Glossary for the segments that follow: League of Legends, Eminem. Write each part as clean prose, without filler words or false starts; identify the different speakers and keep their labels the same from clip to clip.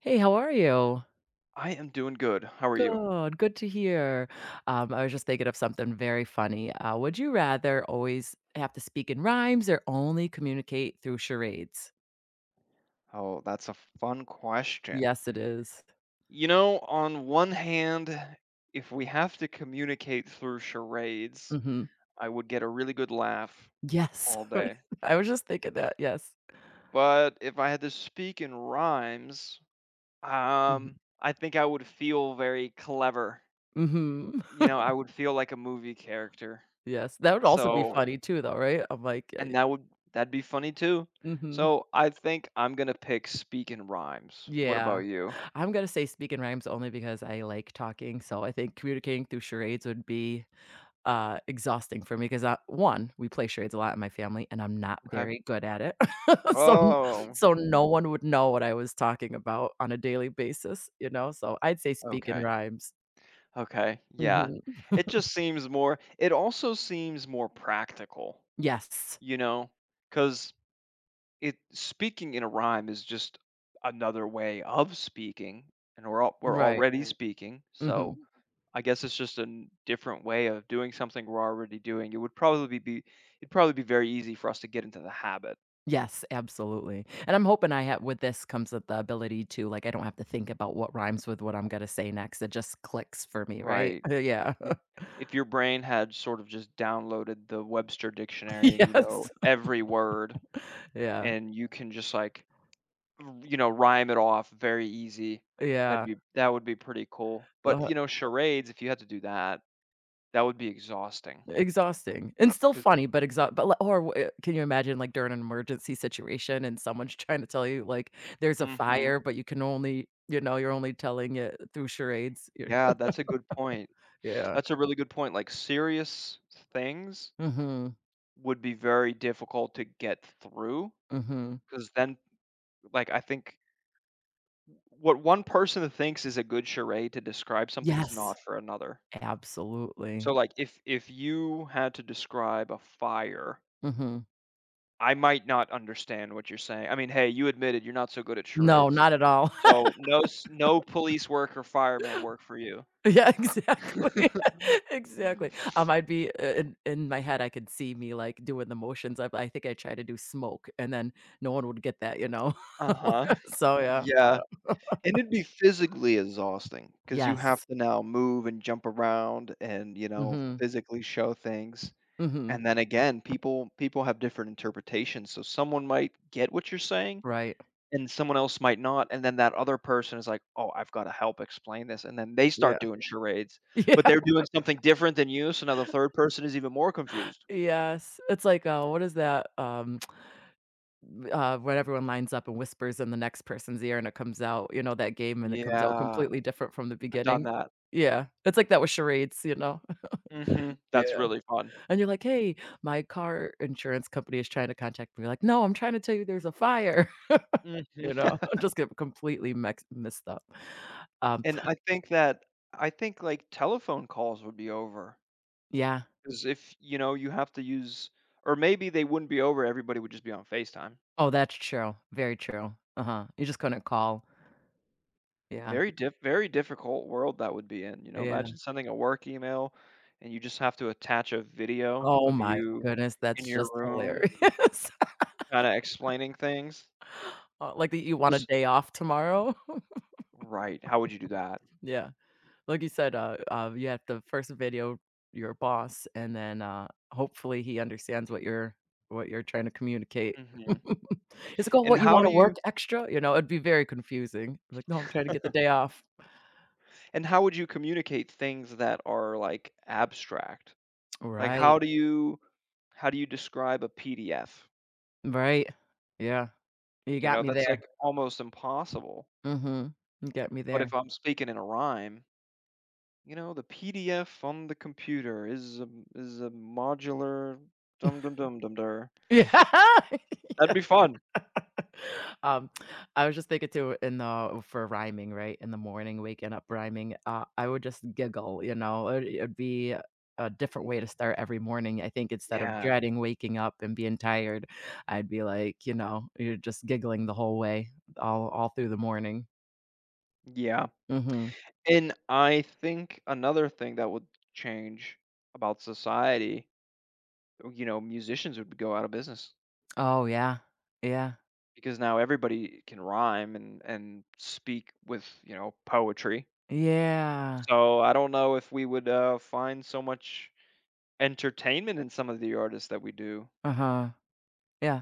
Speaker 1: Hey, how are you?
Speaker 2: I am doing good. How are you?
Speaker 1: Good, good to hear. I was just thinking of something very funny. Would you rather always have to speak in rhymes or only communicate through charades?
Speaker 2: Oh, that's a fun question.
Speaker 1: Yes, it is.
Speaker 2: You know, on one hand, if we have to communicate through charades,
Speaker 1: Mm-hmm.
Speaker 2: I would get a really good laugh
Speaker 1: Yes.
Speaker 2: all day.
Speaker 1: I was just thinking that. Yes.
Speaker 2: But if I had to speak in rhymes,
Speaker 1: Mhm.
Speaker 2: I think I would feel very clever.
Speaker 1: Mhm.
Speaker 2: You know, I would feel like a movie character.
Speaker 1: Yes. That would also
Speaker 2: So,
Speaker 1: be
Speaker 2: oh,
Speaker 1: funny too, though, right? I'm like,
Speaker 2: and that'd be funny too.
Speaker 1: mm mhm.
Speaker 2: So, I think I'm gonna pick speak in rhymes. What about
Speaker 1: Yeah.
Speaker 2: you?
Speaker 1: I'm gonna say speak in rhymes only because I like talking. So I think communicating through charades would be exhausting for me 'cause I 1, we play charades a lot in my family, and I'm not very good at it. So
Speaker 2: Oh, mhm.
Speaker 1: no one would know what I was talking about on a daily basis, you know? So I'd say speak in
Speaker 2: Okay,
Speaker 1: rhymes.
Speaker 2: okay, yeah.
Speaker 1: Mhm.
Speaker 2: It also seems more practical,
Speaker 1: Yes.
Speaker 2: you know, because it speaking in a rhyme is just another way of speaking, and we're
Speaker 1: Right.
Speaker 2: already, right, speaking, so
Speaker 1: Mhm.
Speaker 2: I guess it's just a n different way of doing something we're already doing. It'd probably be very easy for us to get into the habit,
Speaker 1: Yes, absolutely. And I'm hoping I have with this comes with the ability to like, I don't have to think about what rhymes with what I'm gonna say next. It just clicks for me, right?
Speaker 2: right?
Speaker 1: yeah.
Speaker 2: If if your brain had sort of just downloaded the Webster dictionary and you know
Speaker 1: Yes.
Speaker 2: every word
Speaker 1: Yeah.
Speaker 2: and you can just like, rhyme it off very easy. That'd
Speaker 1: Yeah.
Speaker 2: be that would be pretty cool. But
Speaker 1: Uh-huh.
Speaker 2: you know, charades, if you had to do that, that would be exhausting.
Speaker 1: Exhausting, and still
Speaker 2: Because
Speaker 1: funny, but exhaust but, li or w can you imagine, like, during an emergency situation and someone's trying to tell you, like, there's a
Speaker 2: Hmm,
Speaker 1: fire, but you can only you know, you're only telling it through charades. You're
Speaker 2: yeah, that's a good point.
Speaker 1: yeah.
Speaker 2: That's a really good point. Like, serious things
Speaker 1: Mhm.
Speaker 2: would be very difficult to get through
Speaker 1: Mhm.
Speaker 2: because then, like, I think what one person thinks is a good charade to describe something is not
Speaker 1: Yes.
Speaker 2: for another.
Speaker 1: Absolutely.
Speaker 2: So, like, if you had to describe a fire,
Speaker 1: Mhm.
Speaker 2: I might not understand what you're saying. I mean, hey, you admitted you're not so good at
Speaker 1: No,
Speaker 2: charades.
Speaker 1: not at all.
Speaker 2: So no police work or fireman work for you.
Speaker 1: Yeah, exactly. Exactly. I'd be I in my head, I could see me, like, doing the motions of I think I tried to do smoke, and then no one would get that, you know?
Speaker 2: Uh-huh.
Speaker 1: So, yeah.
Speaker 2: Yeah, and it'd be physically exhausting because you have
Speaker 1: Yes.
Speaker 2: to now move and jump around and, you know,
Speaker 1: Mhm.
Speaker 2: physically show things.
Speaker 1: Mhm.
Speaker 2: And then again, people have different interpretations, so someone might get what you're saying.
Speaker 1: Right.
Speaker 2: And someone else might not, and then that other person is like, "Oh, I've gotta help explain this," and then they start
Speaker 1: Yeah.
Speaker 2: doing charades, but
Speaker 1: Yeah.
Speaker 2: they're doing something different than you, so now the third person is even more confused.
Speaker 1: Yes. It's like, oh, what is that, when everyone lines up and whispers in the next person's ear and it comes out, you know, that game and it comes out
Speaker 2: Yeah,
Speaker 1: completely different from the
Speaker 2: I've done
Speaker 1: beginning.
Speaker 2: that.
Speaker 1: Yeah. It's like that with charades, you know?
Speaker 2: Mhm, that's
Speaker 1: Yeah.
Speaker 2: really fun.
Speaker 1: And you're like, "Hey, my car insurance company is trying to contact me." You're like, "No, I'm trying to tell you there's a fire."
Speaker 2: Mhm.
Speaker 1: You know? Just get completely mex messed up. Um,
Speaker 2: And I think, like, telephone calls would be over,
Speaker 1: yeah.
Speaker 2: 'cause if, you know, you have to use, or maybe they wouldn't be over, everybody would just be on FaceTime.
Speaker 1: Oh, that's true. Very true. Uh-huh. You just couldn't call. Yeah.
Speaker 2: Very difficult world that would be in, you know,
Speaker 1: Yeah.
Speaker 2: imagine sending a work email and you just have to attach a video
Speaker 1: Oh
Speaker 2: of
Speaker 1: my
Speaker 2: you
Speaker 1: goodness,
Speaker 2: in
Speaker 1: that's
Speaker 2: your
Speaker 1: just
Speaker 2: room
Speaker 1: hilarious.
Speaker 2: kinda explaining things
Speaker 1: Like, that you want a
Speaker 2: because
Speaker 1: day off tomorrow?
Speaker 2: Right, how would you do that?
Speaker 1: Yeah, like you said, you have to first video your boss, and then, hopefully he understands what you're trying to communicate.
Speaker 2: Mhm,
Speaker 1: It's like, "Oh,
Speaker 2: and
Speaker 1: what, you
Speaker 2: how do
Speaker 1: wanna
Speaker 2: you
Speaker 1: work extra?" You know, it'd be very confusing. Like, "No, I'm trying to get the day off."
Speaker 2: and how would you communicate things that are, like, abstract? Like, how
Speaker 1: Right,
Speaker 2: do you how do you describe a PDF?
Speaker 1: right. Yeah, you
Speaker 2: You
Speaker 1: got
Speaker 2: know,
Speaker 1: me
Speaker 2: that's,
Speaker 1: there.
Speaker 2: like, almost impossible,
Speaker 1: Mhm, you got me
Speaker 2: but if
Speaker 1: there.
Speaker 2: I'm speaking in a rhyme, you know, the PDF on the computer is a modular dum dum dum dum der.
Speaker 1: Yeah.
Speaker 2: That'd
Speaker 1: Yes.
Speaker 2: be, yeah, fun.
Speaker 1: Um, I was just thinking too in the for rhyming, right? In the morning, waking up rhyming, I would just giggle, you know? It'd be a different way to start every morning. I think instead of
Speaker 2: Yeah.
Speaker 1: dreading waking up and being tired, I'd be like, you know, you're just giggling the whole way, all through the morning.
Speaker 2: Yeah.
Speaker 1: Mhm.
Speaker 2: And I think another thing that would change about society, oh, you know, musicians would go out of business
Speaker 1: Oh, yeah. Yeah.
Speaker 2: because now everybody can rhyme and speak with, you know, poetry.
Speaker 1: Yeah.
Speaker 2: So I don't know if we would find so much entertainment in some of the artists that we do.
Speaker 1: Uh-huh. Yeah,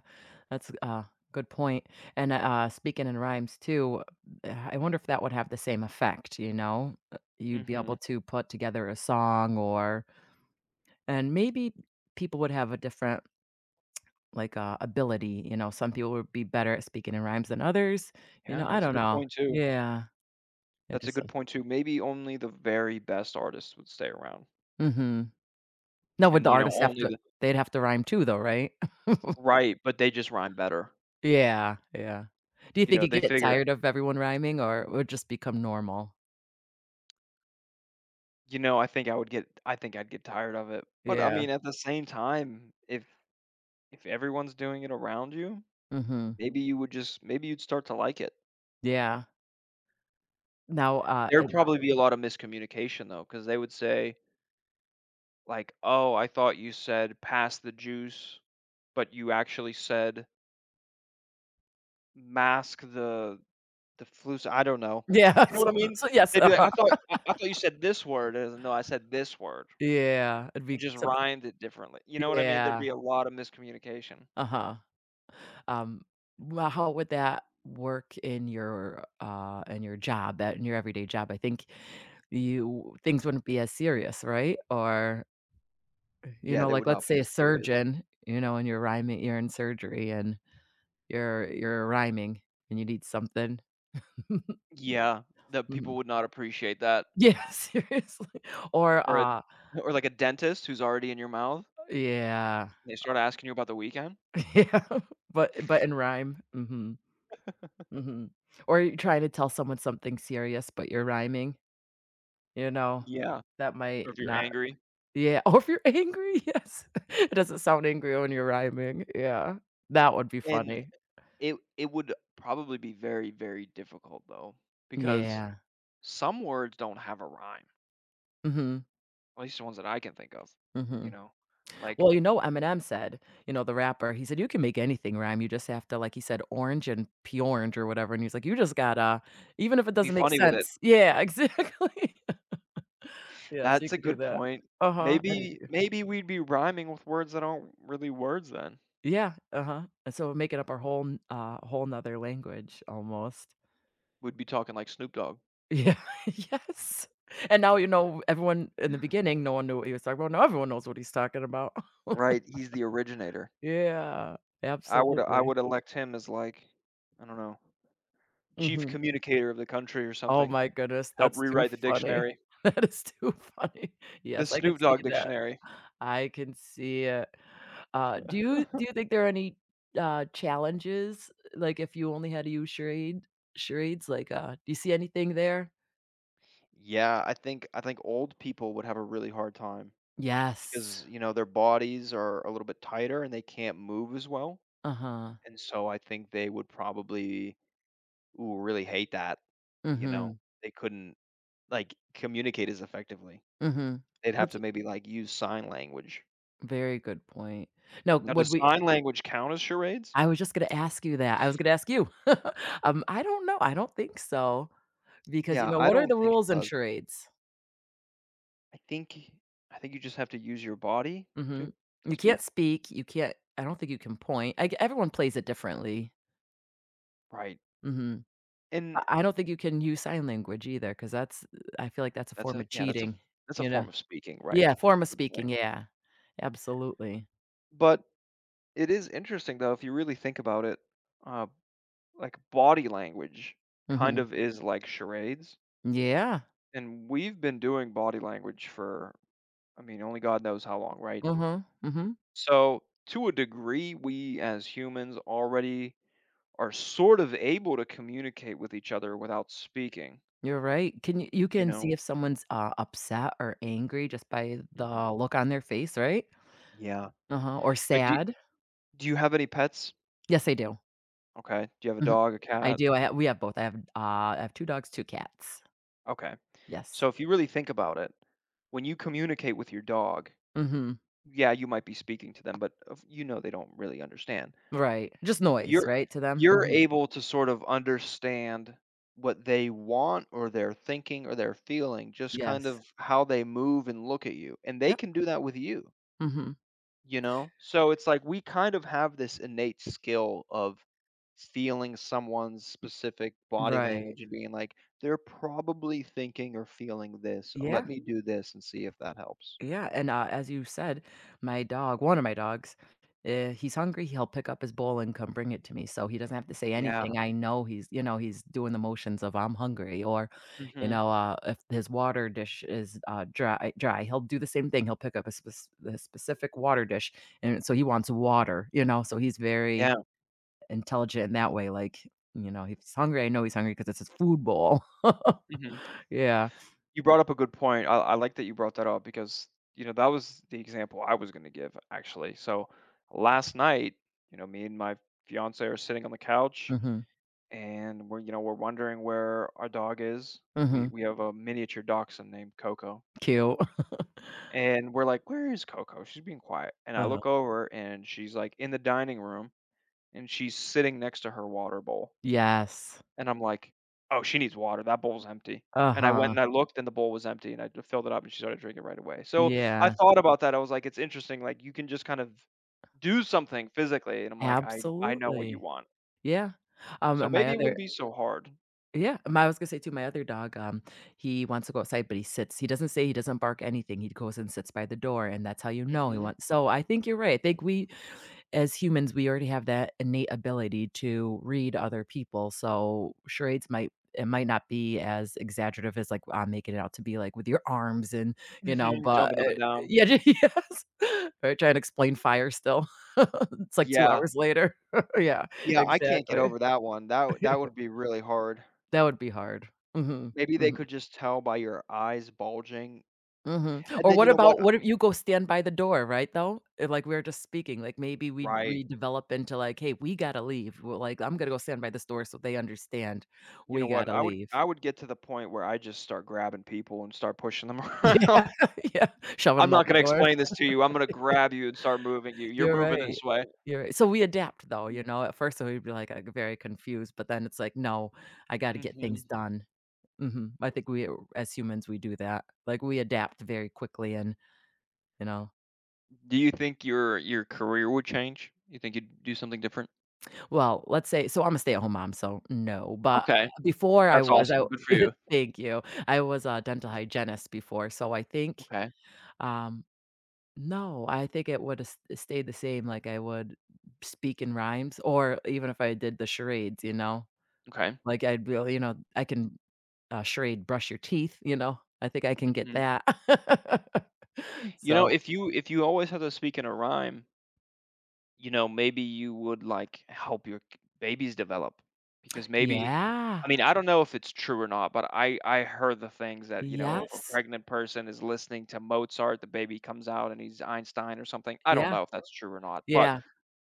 Speaker 1: that's good point. And, speaking in rhymes too, I wonder if that would have the same effect, you know? You'd be able
Speaker 2: Mhm.
Speaker 1: to put together a song or and maybe people would have a different, like, ability, you know? Some people would be better at speaking in rhymes than others, you
Speaker 2: Yeah,
Speaker 1: know? I
Speaker 2: that's a
Speaker 1: don't
Speaker 2: good
Speaker 1: know.
Speaker 2: point too.
Speaker 1: Yeah. Yeah,
Speaker 2: That's a
Speaker 1: just so
Speaker 2: good point too. Maybe only the very best artists would stay around,
Speaker 1: Mhm. Now would
Speaker 2: and,
Speaker 1: the
Speaker 2: you know,
Speaker 1: artists have
Speaker 2: only
Speaker 1: to
Speaker 2: the,
Speaker 1: they'd have to rhyme too though, right?
Speaker 2: right, but they just rhyme better.
Speaker 1: Yeah, yeah. Do you
Speaker 2: You
Speaker 1: think
Speaker 2: know,
Speaker 1: you'd
Speaker 2: they
Speaker 1: get
Speaker 2: figure,
Speaker 1: tired of everyone rhyming or it would just become normal?
Speaker 2: you know, I think I'd get tired of it, but, I
Speaker 1: Yeah.
Speaker 2: mean, at the same time, if everyone's doing it around you,
Speaker 1: Mhm.
Speaker 2: maybe you'd start to like it.
Speaker 1: Yeah. Now,
Speaker 2: There'd
Speaker 1: it
Speaker 2: probably be a lot of miscommunication though, because they would say, like, "Oh, I thought you said 'pass the juice,' but you actually said 'mask the flus I don't know."
Speaker 1: yeah,
Speaker 2: You know what I
Speaker 1: so
Speaker 2: mean?
Speaker 1: so yes,
Speaker 2: They'd be like,
Speaker 1: uh-huh.
Speaker 2: "I thought you said this word." I "No, I said this word.
Speaker 1: Yeah, it'd
Speaker 2: I
Speaker 1: be
Speaker 2: just
Speaker 1: something
Speaker 2: rhymed it differently." You know what I mean? There'd be
Speaker 1: yeah,
Speaker 2: a lot of miscommunication.
Speaker 1: uh-huh. Um, well, how would that work in your job, that in your everyday job? I think you things wouldn't be as serious, right? Or, you
Speaker 2: Yeah,
Speaker 1: know,
Speaker 2: they
Speaker 1: like,
Speaker 2: would not
Speaker 1: let's
Speaker 2: be
Speaker 1: say a
Speaker 2: as serious.
Speaker 1: surgeon, you know, and you're rhyming you're in surgery and you're rhyming and you need something.
Speaker 2: Yeah, the people
Speaker 1: Mhm.
Speaker 2: would not appreciate that,
Speaker 1: Yeah, seriously. Or,
Speaker 2: or a or like a dentist who's already in your mouth,
Speaker 1: yeah.
Speaker 2: and they start asking you about the weekend.
Speaker 1: Yeah, but in rhyme. Mhm, mhm. Or you're trying to tell someone something serious, but you're rhyming, you know?
Speaker 2: Yeah,
Speaker 1: That
Speaker 2: or
Speaker 1: might
Speaker 2: if you're
Speaker 1: not
Speaker 2: angry,
Speaker 1: Yeah, or if you're angry, yes. It doesn't sound angry when you're rhyming, yeah. That would be
Speaker 2: and
Speaker 1: funny.
Speaker 2: it would probably be very, very difficult though, because
Speaker 1: Yeah.
Speaker 2: some words don't have a rhyme.
Speaker 1: Mhm,
Speaker 2: At least the ones that I can think of, you
Speaker 1: mhm.
Speaker 2: know? Like,
Speaker 1: Well, you know, Eminem said, you know, the rapper, he said, "You can make anything rhyme, you just have to" like, he said, "orange and p-orange" or whatever, and he's like, "You just gotta" even if it
Speaker 2: be
Speaker 1: doesn't make
Speaker 2: funny with it.
Speaker 1: sense Yeah, exactly. Yes, you
Speaker 2: That's a
Speaker 1: could do
Speaker 2: good
Speaker 1: that.
Speaker 2: point.
Speaker 1: Uh-huh, I
Speaker 2: Maybe
Speaker 1: anything.
Speaker 2: maybe we'd be rhyming with words that aren't really words then.
Speaker 1: Yeah, uh-huh, and so we're making up our whole n whole 'nother language almost.
Speaker 2: We'd be talking like Snoop Dogg.
Speaker 1: Yeah, yes, and now, you know, everyone in the beginning, no one knew what he was talking about, now everyone knows what he's talking about.
Speaker 2: Right, he's the originator.
Speaker 1: Yeah,
Speaker 2: I would I
Speaker 1: absolutely.
Speaker 2: would elect him as like, I don't know, chief
Speaker 1: Mhm.
Speaker 2: communicator of the country or
Speaker 1: Oh
Speaker 2: something.
Speaker 1: my goodness,
Speaker 2: Help
Speaker 1: that's too
Speaker 2: rewrite the
Speaker 1: funny.
Speaker 2: dictionary.
Speaker 1: That is too funny.
Speaker 2: The
Speaker 1: Yes, I can
Speaker 2: Snoop
Speaker 1: see
Speaker 2: Dogg
Speaker 1: that.
Speaker 2: dictionary.
Speaker 1: I can see it. Do you think there are any, challenges, like, if you only had to use charades, like, do you see anything there?
Speaker 2: Yeah, I think old people would have a really hard time
Speaker 1: Yes.
Speaker 2: because, you know, their bodies are a little bit tighter and they can't move as well.
Speaker 1: Uh-huh.
Speaker 2: And so I think they would probably, ooh, really hate that, you know?
Speaker 1: Mhm.
Speaker 2: They couldn't, like, communicate as effectively.
Speaker 1: Mhm.
Speaker 2: They'd have
Speaker 1: That's
Speaker 2: to maybe, like, use sign language.
Speaker 1: a very good point. No,
Speaker 2: Now
Speaker 1: would
Speaker 2: does
Speaker 1: we
Speaker 2: sign language count as charades?
Speaker 1: I was just gonna ask you that. I was gonna ask you. I don't know. I don't think so because, you
Speaker 2: Yeah,
Speaker 1: know,
Speaker 2: I
Speaker 1: what are
Speaker 2: don't
Speaker 1: the
Speaker 2: think it
Speaker 1: rules in
Speaker 2: does.
Speaker 1: charades?
Speaker 2: I think I think you just have to use your body to
Speaker 1: Mhm.
Speaker 2: to
Speaker 1: You can't
Speaker 2: speak.
Speaker 1: speak, you can't I don't think you can point. I g everyone plays it differently.
Speaker 2: Right,
Speaker 1: Mhm.
Speaker 2: and
Speaker 1: I don't think you can use sign language either, because that's I feel like that's a
Speaker 2: that's
Speaker 1: form
Speaker 2: a
Speaker 1: of
Speaker 2: yeah,
Speaker 1: cheating,
Speaker 2: that's a
Speaker 1: you know?
Speaker 2: form of speaking, right?
Speaker 1: Yeah,
Speaker 2: That's
Speaker 1: form
Speaker 2: a
Speaker 1: of
Speaker 2: good point.
Speaker 1: speaking, yeah. Absolutely.
Speaker 2: But it is interesting, though, if you really think about it, uh, like, body language kind
Speaker 1: Mhm.
Speaker 2: of is like charades.
Speaker 1: Yeah.
Speaker 2: And we've been doing body language for, I mean, only God knows how long, right?
Speaker 1: Mhm. Mhm.
Speaker 2: So to a degree, we as humans already are sort of able to communicate with each other without speaking,
Speaker 1: You're right. Can you
Speaker 2: you
Speaker 1: can
Speaker 2: know?
Speaker 1: see if someone's, upset or angry just by
Speaker 2: Mhm.
Speaker 1: the look on their face, right?
Speaker 2: Yeah.
Speaker 1: Uh-huh, or
Speaker 2: Like, do you,
Speaker 1: sad.
Speaker 2: do you have any pets?
Speaker 1: Yes, I do.
Speaker 2: Okay, do you have a
Speaker 1: Mhm.
Speaker 2: dog, a
Speaker 1: I
Speaker 2: cat?
Speaker 1: do. I ha we have both. I have 2 dogs, 2 cats.
Speaker 2: Okay,
Speaker 1: Yes.
Speaker 2: so if you really think about it, when you communicate with your dog,
Speaker 1: Mhm.
Speaker 2: yeah, you might be speaking to them, but they don't really understand.
Speaker 1: Right. Just noise,
Speaker 2: You're
Speaker 1: right, to them?
Speaker 2: you're
Speaker 1: Mhm.
Speaker 2: able to sort of understand what they want or they're thinking or they're feeling, just kind
Speaker 1: Yes.
Speaker 2: of how they move and look at you, and they
Speaker 1: Yep.
Speaker 2: can do that with you,
Speaker 1: Mhm.
Speaker 2: you know? So it's like we kind of have this innate skill of feeling someone's specific body
Speaker 1: Right.
Speaker 2: language and being like, "They're probably thinking or feeling this. Let
Speaker 1: Yeah.
Speaker 2: me do this and see if that helps."
Speaker 1: Yeah, and, as you said, my dog one of my dogs, he's hungry, he'll pick up his bowl and come bring it to me, so he doesn't have to say
Speaker 2: Yeah.
Speaker 1: anything, I know he's you know, he's doing the motions of, "I'm hungry," or, you
Speaker 2: Mhm.
Speaker 1: know, if his water dish is, dry, he'll do the same thing, he'll pick up a spec a specific water dish, and so he wants water, you know, so he's very
Speaker 2: Yeah.
Speaker 1: intelligent in that way, like, you know, if he's hungry, I know he's hungry because it's his food bowl.
Speaker 2: Mhm.
Speaker 1: Yeah.
Speaker 2: You brought up a good point. I like that you brought that up because you know that was the example I was going to give actually. So last night, you know, me and my fiance are sitting on the couch
Speaker 1: Mhm.
Speaker 2: and we're you know we're wondering where our dog is. We
Speaker 1: Mhm.
Speaker 2: we have a miniature dachshund named Coco,
Speaker 1: Cute.
Speaker 2: and we're like, "Where is Coco? She's being quiet." And I
Speaker 1: Uh-huh.
Speaker 2: look over and she's like in the dining room, and she's sitting next to her water bowl.
Speaker 1: Yes.
Speaker 2: And I'm like, "Oh, she needs water, that bowl's empty." And I went
Speaker 1: Uh-huh.
Speaker 2: and I looked and the bowl was empty and I d filled it up and she started drinking right away. So, I
Speaker 1: Yeah.
Speaker 2: thought about that, I was like, "It's interesting, like, you can just kind of do something physically," and I'm like, "I know what you
Speaker 1: Absolutely.
Speaker 2: want."
Speaker 1: Yeah.
Speaker 2: So,
Speaker 1: And my
Speaker 2: maybe it
Speaker 1: other
Speaker 2: wouldn't be so hard.
Speaker 1: yeah, my I was gonna say too, my other dog, he wants to go outside, but he sits. He doesn't say he doesn't bark anything. He goes and sits by the door, and that's how you know he
Speaker 2: Mhm.
Speaker 1: wants so I think you're right. I think we As humans, we already have that innate ability to read other people, so charades might it might not be as exaggerative as, like, I'm making it out to be, like, with your arms and, you know,
Speaker 2: Mhm,
Speaker 1: but,
Speaker 2: jumping up and down.
Speaker 1: yeah, j yes. Or trying to explain fire still. It's like 2
Speaker 2: Yeah.
Speaker 1: hours later. Yeah,
Speaker 2: Yeah, I can't get
Speaker 1: exactly.
Speaker 2: over that one, that would be really hard.
Speaker 1: That would be hard. Mhm.
Speaker 2: Maybe they
Speaker 1: Mhm.
Speaker 2: could just tell by your eyes bulging.
Speaker 1: Mhm.
Speaker 2: And
Speaker 1: Or
Speaker 2: then you
Speaker 1: what
Speaker 2: know what,
Speaker 1: about what if you go stand by the door, right, though? Like, we were just speaking, like, maybe we
Speaker 2: right.
Speaker 1: we develop into, like, "Hey, we gotta leave." We're like, "I'm gonna go stand by this door so they understand
Speaker 2: You know
Speaker 1: we
Speaker 2: what?
Speaker 1: gotta
Speaker 2: I would
Speaker 1: leave."
Speaker 2: I would get to the point where I just start grabbing people and start pushing them around.
Speaker 1: Yeah, yeah, shoving
Speaker 2: I'm
Speaker 1: them
Speaker 2: not
Speaker 1: out the
Speaker 2: gonna
Speaker 1: door.
Speaker 2: explain this to you. I'm gonna grab you and start moving you. You're
Speaker 1: You're
Speaker 2: moving
Speaker 1: right.
Speaker 2: this way.
Speaker 1: You're right. So we adapt, though, you know? At first, we'd be, like, very confused, but then it's like, "No, I gotta get things
Speaker 2: Mhm.
Speaker 1: done." Mhm. I think we, as humans, we do that. Like, we adapt very quickly and, you know
Speaker 2: Do you think your career would change? You think you'd do something different?
Speaker 1: Let's say so I'm a stay-at-home mom, so no, but
Speaker 2: Okay,
Speaker 1: before I
Speaker 2: that's
Speaker 1: was I
Speaker 2: awesome. Good for you.
Speaker 1: thank you. I was a dental hygienist before, so I think,
Speaker 2: Okay,
Speaker 1: um no, I think it would have stayed the same, like, I would speak in rhymes or even if I did the charades, you know?
Speaker 2: okay.
Speaker 1: Like, I'd be you know, I can, charade brush your teeth, you know? I think I can get
Speaker 2: Mhm.
Speaker 1: that.
Speaker 2: You know,
Speaker 1: So
Speaker 2: if you always have to speak in a rhyme, you know, maybe you would, like, help your babies develop because maybe,
Speaker 1: Yeah.
Speaker 2: I mean, I don't know if it's true or not, but I heard the things that, you know, if a
Speaker 1: Yes.
Speaker 2: pregnant person is listening to Mozart, the baby comes out and he's Einstein or something. I don't
Speaker 1: Yeah.
Speaker 2: know if that's true or not, but
Speaker 1: Yeah.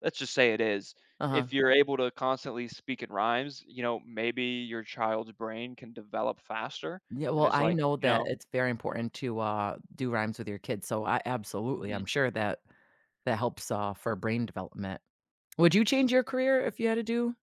Speaker 2: let's just say it is.
Speaker 1: Uh-huh.
Speaker 2: If you're able to constantly speak in rhymes, you know, maybe your child's brain can develop faster
Speaker 1: Yeah,
Speaker 2: and
Speaker 1: well,
Speaker 2: is, yeah,
Speaker 1: I
Speaker 2: like,
Speaker 1: know
Speaker 2: you
Speaker 1: that
Speaker 2: know,
Speaker 1: it's very important to, do rhymes with your kids, so I absolutely,
Speaker 2: mhm.
Speaker 1: I'm sure that that helps, for brain development. Would you change your career if you had to do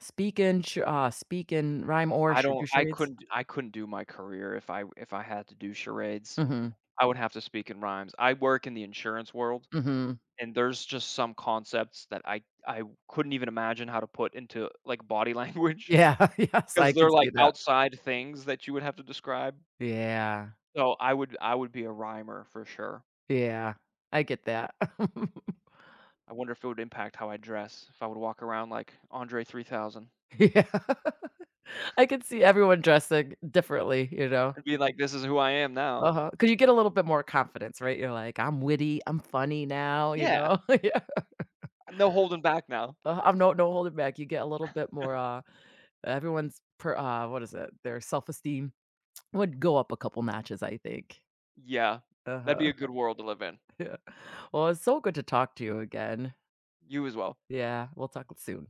Speaker 1: speak and sh speak and rhyme or
Speaker 2: I
Speaker 1: sh
Speaker 2: don't
Speaker 1: do
Speaker 2: I
Speaker 1: charades?
Speaker 2: couldn't I couldn't do my career if I had to do charades.
Speaker 1: Mhm,
Speaker 2: I would have to speak in rhymes. I work in the insurance world,
Speaker 1: mhm.
Speaker 2: and there's just some concepts that I couldn't even imagine how to put into, like, body language
Speaker 1: Yeah, yes,
Speaker 2: because
Speaker 1: I
Speaker 2: 'cause
Speaker 1: can
Speaker 2: they're, like,
Speaker 1: see that.
Speaker 2: outside things that you would have to describe.
Speaker 1: Yeah,
Speaker 2: So, I would be a rhymer for sure.
Speaker 1: yeah, I get that.
Speaker 2: I wonder if it would impact how I dress, if I would walk around like Andre 3000
Speaker 1: Yeah, I could see everyone dressing differently, you know?
Speaker 2: and be like, "This is who I am now."
Speaker 1: Uh-huh, 'cause you get a little bit more confidence, right? You're like, "I'm witty, I'm funny now," you
Speaker 2: Yeah,
Speaker 1: know? Yeah.
Speaker 2: no holding back now.
Speaker 1: I'm no holding back. You get a little bit more, everyone's per what is it? Their self-esteem would go up a couple notches, I think.
Speaker 2: Yeah, that'd be
Speaker 1: Uh-huh,
Speaker 2: a good world to live in.
Speaker 1: yeah. Well, it's so good to talk to you again.
Speaker 2: You as well.
Speaker 1: Yeah, we'll talk soon.